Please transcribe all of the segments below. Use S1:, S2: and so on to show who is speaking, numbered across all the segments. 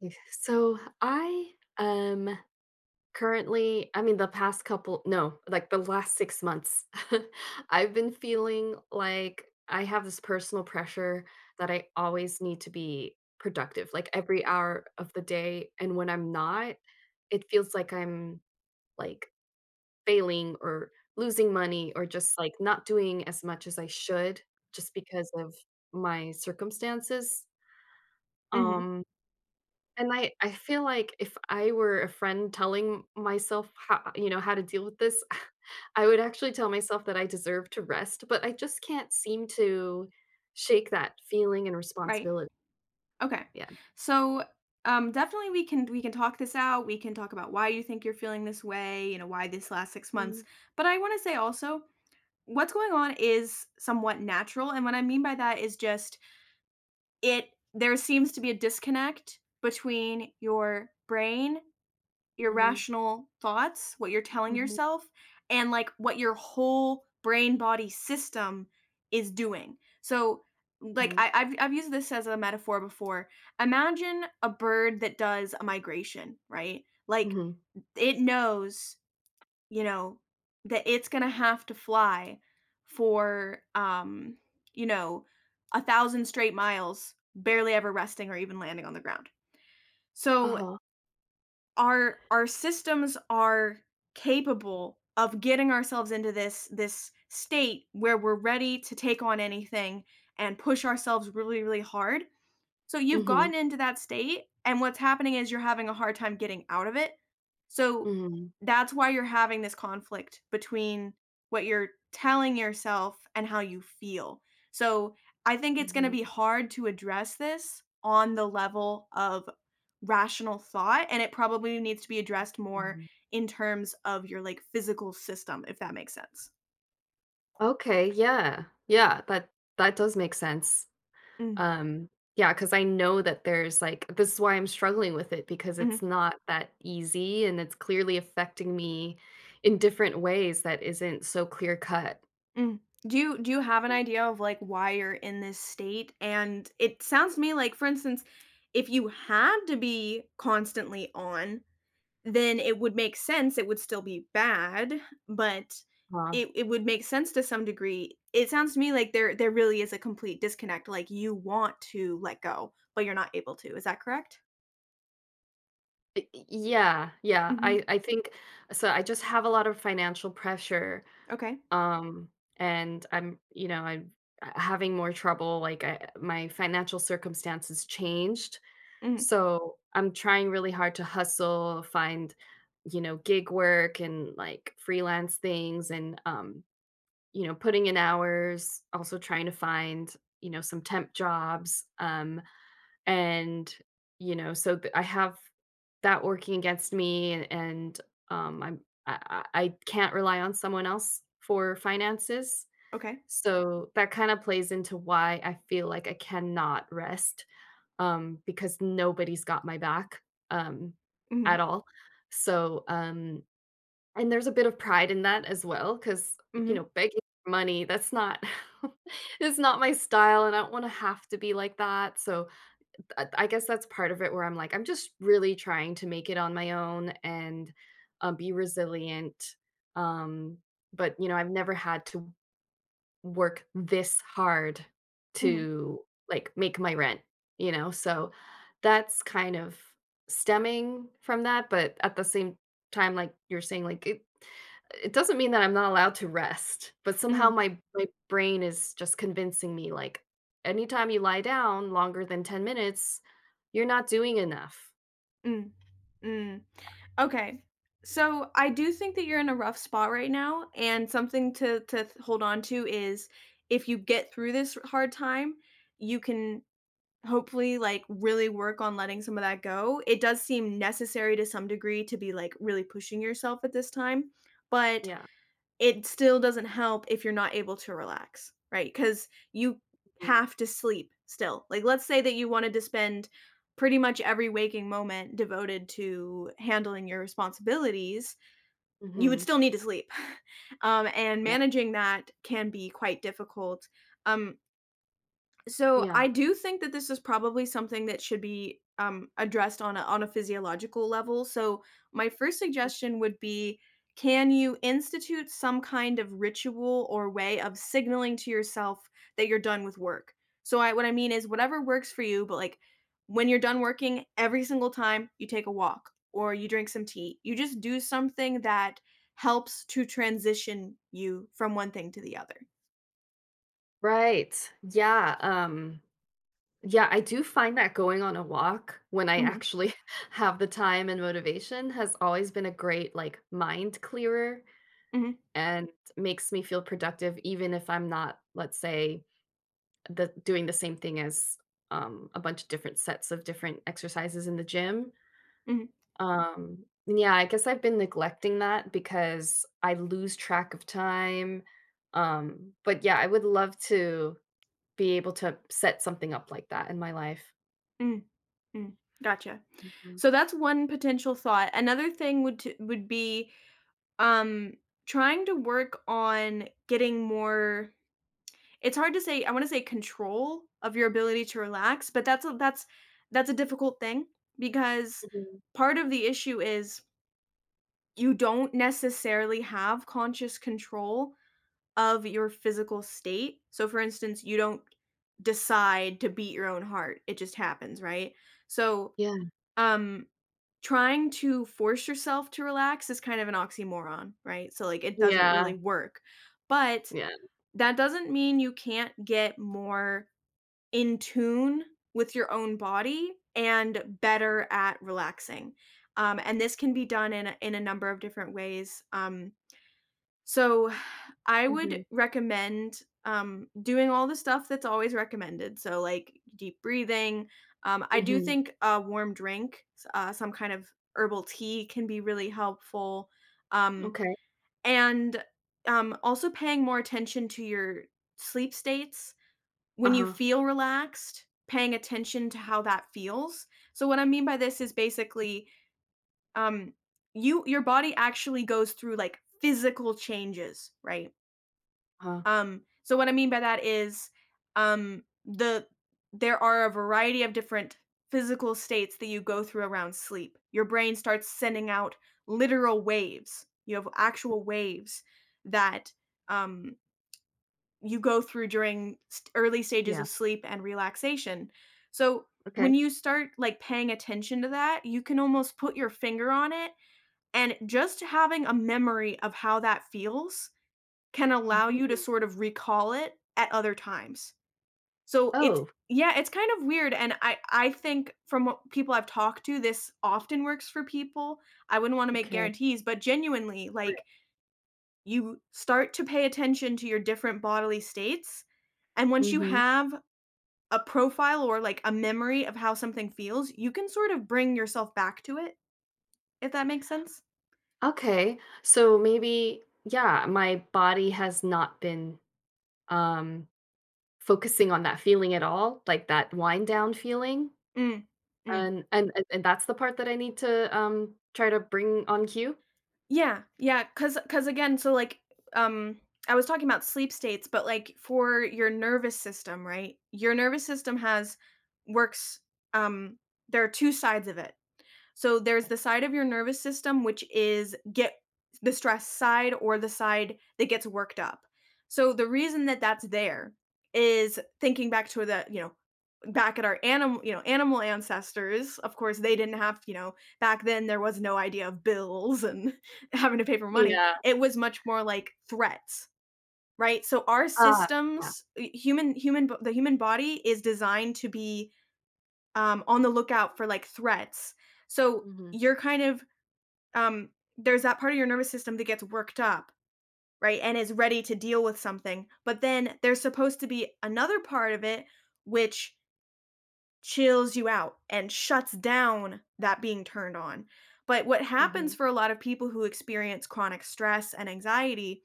S1: Yeah. So I um currently, I mean the past couple, no, like the last 6 months, I've been feeling like I have this personal pressure that I always need to be productive, like every hour of the day, and when I'm not, it feels like I'm like failing or losing money or just like not doing as much as I should just because of my circumstances.
S2: Mhm.
S1: Um and I feel like if I were a friend telling myself how, how to deal with this, I would actually tell myself that I deserve to rest, but I just can't seem to shake that feeling and
S2: Right.
S1: responsibility.
S2: Okay.
S1: Yeah.
S2: So, definitely we can talk this out. We can talk about why you think you're feeling this way, you know, why this last 6 months.
S1: Mhm,
S2: But I want to say also, what's going on is somewhat natural. And what I mean by that is just it there seems to be a disconnect between your brain
S1: mhm,
S2: irrational thoughts, what you're telling
S1: mhm,
S2: yourself, and like what your whole brain body system is doing. So like
S1: mhm,
S2: I've used this as a metaphor before. Imagine a bird that does a migration, right? Like
S1: mhm.
S2: it knows, you know, that it's gonna have to fly for you know, a thousand straight miles, barely ever resting or even landing on the ground. So
S1: Uh-huh.
S2: our systems are capable of getting ourselves into this state where we're ready to take on anything and push ourselves really really hard so you've
S1: Mhm,
S2: gotten into that state, and what's happening is you're having a hard time getting out of it. So
S1: mhm,
S2: that's why you're having this conflict between what you're telling yourself and how you feel. So I think it's going to
S1: mhm,
S2: be hard to address this on the level of rational thought, and it probably needs to be addressed more
S1: mhm.
S2: in terms of your like physical system, if that makes sense.
S1: Okay, yeah. Yeah, that does make sense.
S2: Mm.
S1: Um, Yeah, because I know that there's, like, this is why I'm struggling with it, because
S2: Mm-hmm.
S1: it's not that easy and it's clearly affecting me in different ways that isn't so clear cut.
S2: Mm. Do you have an idea of, like, why you're in this state? And it sounds to me like, for instance, if you had to be constantly on, then it would make sense, it would still be bad, but
S1: uh
S2: it would make sense to some degree. It sounds to me like there really is a complete disconnect, like, you want to let go, but you're not able to. Is that correct?
S1: Y y yeah, yeah,
S2: Mhm.
S1: I I think so. I just have a lot of financial pressure,
S2: Okay.
S1: um, and I'm having more trouble, like, I my financial circumstances changed.
S2: Mhm.
S1: So, I'm trying really hard to hustle, find, you know, gig work and, like, freelance things, and, you know, putting in hours, also trying to find, you know, some temp jobs, and, you know, so th I have that working against me, and I'm I can't rely on someone else for finances,
S2: Okay.
S1: so that kinda plays into why I feel like I cannot rest, because nobody's got my back, um,
S2: Mhm.
S1: at all. So, um and there's a bit of pride in that as well. Because, you
S2: Mhm.
S1: know, begging for money, that's not it's not my style, and I don't wanna have to be like that, so I guess that's part of it, where I'm like, I'm just really trying to make it on my own and, be resilient, um, but, you know, I've never had to work this hard
S2: Mhm.
S1: to like make my rent, you know? So that's kind of stemming from that, but at the same time, like you're saying, like it doesn't mean that I'm not allowed to rest, but somehow
S2: Mhm.
S1: my brain is just convincing me like anytime you lie down longer than 10 minutes, you're not doing enough.
S2: Mm. Mm. Mm. Okay. So I do think that you're in a rough spot right now, and something to hold on to is if you get through this hard time, you can hopefully like really work on letting some of that go. It does seem necessary to some degree to be like really pushing yourself at this time, but
S1: Yeah.
S2: it still doesn't help if you're not able to relax, right? Because you
S1: Mhm.
S2: have to sleep still. Like, let's say that you wanted to spend pretty much every waking moment devoted to handling your responsibilities, you would
S1: Mhm.
S2: still need to sleep. And
S1: Yeah.
S2: managing that can be quite difficult. Um, so I
S1: Yeah.
S2: do think that this is probably something that should be addressed on on a physiological level. So my first suggestion would be, can you institute some kind of ritual or way of signaling to yourself that you're done with work? What I mean is whatever works for you, but like when you're done working, every single time you take a walk or you drink some tea, you just do something that helps to transition you from one thing to the other.
S1: Right. Yeah. Yeah, I do find that going on a walk, when I
S2: Hmm.
S1: actually have the time and motivation, has always been a great, like, mind clearer,
S2: Hmm.
S1: and makes me feel productive even if I'm not, let's say, the doing the same thing as, a bunch of different sets of different exercises in the gym.
S2: Hmm.
S1: And yeah, I guess I've been neglecting that because I lose track of time. But yeah, I would love to be able to set something up like that in my life.
S2: Hmm. Mm, Gotcha.
S1: Mhm.
S2: So that's one potential thought. Another thing would be um trying to work on getting more, it's hard to say, I want to say control of your ability to relax, but that's a that's that's a difficult thing because
S1: Mhm.
S2: part of the issue is you don't necessarily have conscious control of your physical state. So for instance, you don't decide to beat your own heart. It just happens, right? So
S1: Yeah,
S2: um trying to force yourself to relax is kind of an oxymoron, right? So, like, it doesn't
S1: yeah,
S2: really work, but
S1: yeah.
S2: that doesn't mean you can't get more in tune with your own body and better at relaxing, and this can be done in a number of different ways, so, I would
S1: Mhm,
S2: recommend, doing all the stuff that's always recommended, so, like, deep breathing, I do
S1: mhm.
S2: think a warm drink, s some kind of herbal tea can be really helpful, um,
S1: Okay.
S2: and, also paying more attention to your sleep states. When you
S1: Uh-huh,
S2: feel relaxed, paying attention to how that feels. So, what I mean by this is basically, um, you your body actually goes through, like, physical changes, right?
S1: uh-huh.
S2: So what I mean by that is, um, the there are a variety of different physical states that you go through around sleep. Your brain starts sending out literal waves. You have actual waves that um, you go through during early stages
S1: Yeah,
S2: of sleep and relaxation. So
S1: okay.
S2: when you start like paying attention to that, you can almost put your finger on it and just having a memory of how that feels can allow
S1: Mhm.
S2: you to sort of recall it at other times. So it's
S1: Oh,
S2: yeah, it's kind of weird and I think from what people I've talked to this often works for people. I wouldn't want to make
S1: okay.
S2: guarantees, but genuinely
S1: Right.
S2: like you start to pay attention to your different bodily states and once you
S1: Mhm.
S2: have a profile or like a memory of how something feels, you can sort of bring yourself back to it, if that makes sense.
S1: Okay, so maybe, yeah, my body has not been, um, focusing on that feeling at all, like that wind down feeling,
S2: Mm. Mm.
S1: and that's the part that I need to, try to bring on cue?
S2: Yeah, yeah, cause again, so, like, um, I was talking about sleep states, but, like, for your nervous system, right? Your nervous system has works, um there are 2 sides of it. So there's the side of your nervous system, which is get the stress side or the side that gets worked up. So the reason that that's there is thinking back to the, you know, back at our animal, you know, animal ancestors. Of course, they
S1: Mhm.
S2: didn't have, you know, back then there was no idea of bills and having to pay for money.
S1: Yeah.
S2: It was much more like threats, right? So our
S1: Ah, yeah.
S2: systems, human human the human body is designed to be on the lookout for like threats. So
S1: Mhm,
S2: you're kind of um, there's that part of your nervous system that gets worked up, right, and is ready to deal with something. But then there's supposed to be another part of it which chills you out and shuts down that being turned on. But what happens
S1: mhm,
S2: for a lot of people who experience chronic stress and anxiety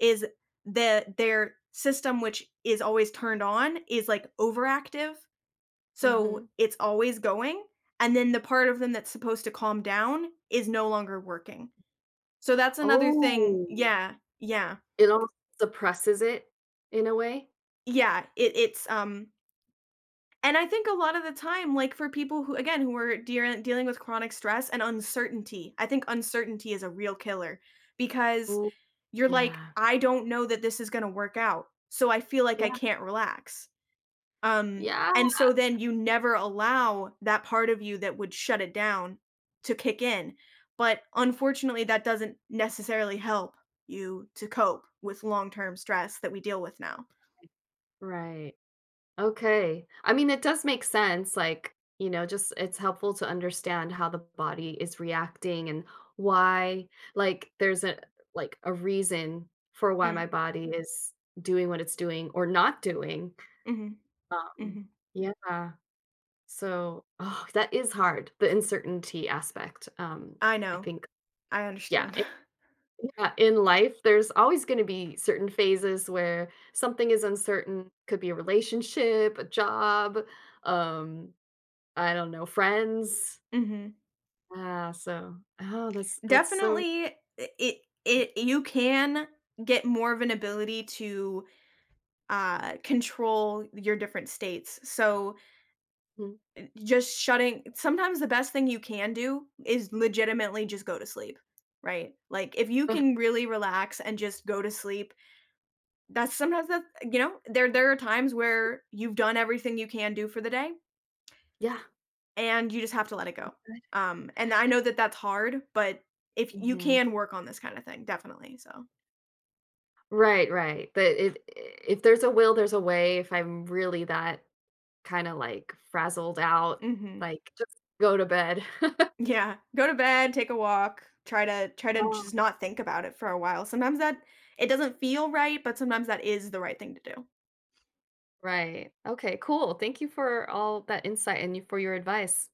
S2: is that their system, which is always turned on, is like overactive
S1: mhm.
S2: so, it's always going, and then the part of them that's supposed to calm down is no longer working. So that's another thing
S1: Oh.
S2: yeah, yeah,
S1: It almost suppresses it in a way.
S2: yeah, it's and I think a lot of the time, like, for people who, again, who are dear dealing with chronic stress and uncertainty, I think uncertainty is a real killer because
S1: Ooh,
S2: you're like,
S1: yeah.
S2: "I don't know that this is gonna work out, so I feel like I
S1: Yeah,
S2: can't relax." Um,
S1: yeah.
S2: and so then you never allow that part of you that would shut it down to kick in. But unfortunately, that doesn't necessarily help you to cope with long term stress that we deal with now.
S1: Right. Okay. I mean, it does make sense, like, you know, just it's helpful to understand how the body is reacting and why. There's a, like, a reason for why
S2: Mm.
S1: my body is doing what it's doing or not doing.
S2: Mhm.
S1: Um,
S2: Mhm.
S1: yeah. So, oh, that is hard, the uncertainty aspect.
S2: I
S1: I
S2: know.
S1: think
S2: I
S1: Yeah.
S2: understand.
S1: Yeah, in life, there's always going to be certain phases where something is uncertain. Could be a relationship, a job, um, I don't know, friends.
S2: Mhm.
S1: Ah, so, oh, that's so.
S2: Definitely, it it you can get more of an ability to, control your different states, so
S1: Mhm.
S2: just shutting sometimes the best thing you can do is legitimately just go to sleep, right? Like, if you can really relax and just go to sleep, that's sometimes that you know, there are times where you've done everything you can do for the day,
S1: Yeah.
S2: and you just have to let it go, and I know that that's hard, but if you
S1: Hmm.
S2: can work on this kinda thing, definitely, so
S1: Right. But if there's a will, there's a way. If I'm really that kind of like frazzled out,
S2: Mhm.
S1: like, just go to bed.
S2: Yeah, go to bed, take a walk, try to
S1: Oh,
S2: just not think about it for a while. Sometimes that it doesn't feel right, but sometimes that is the right thing to do.
S1: right. Okay. Cool. Thank you for all that insight and you- for your advice.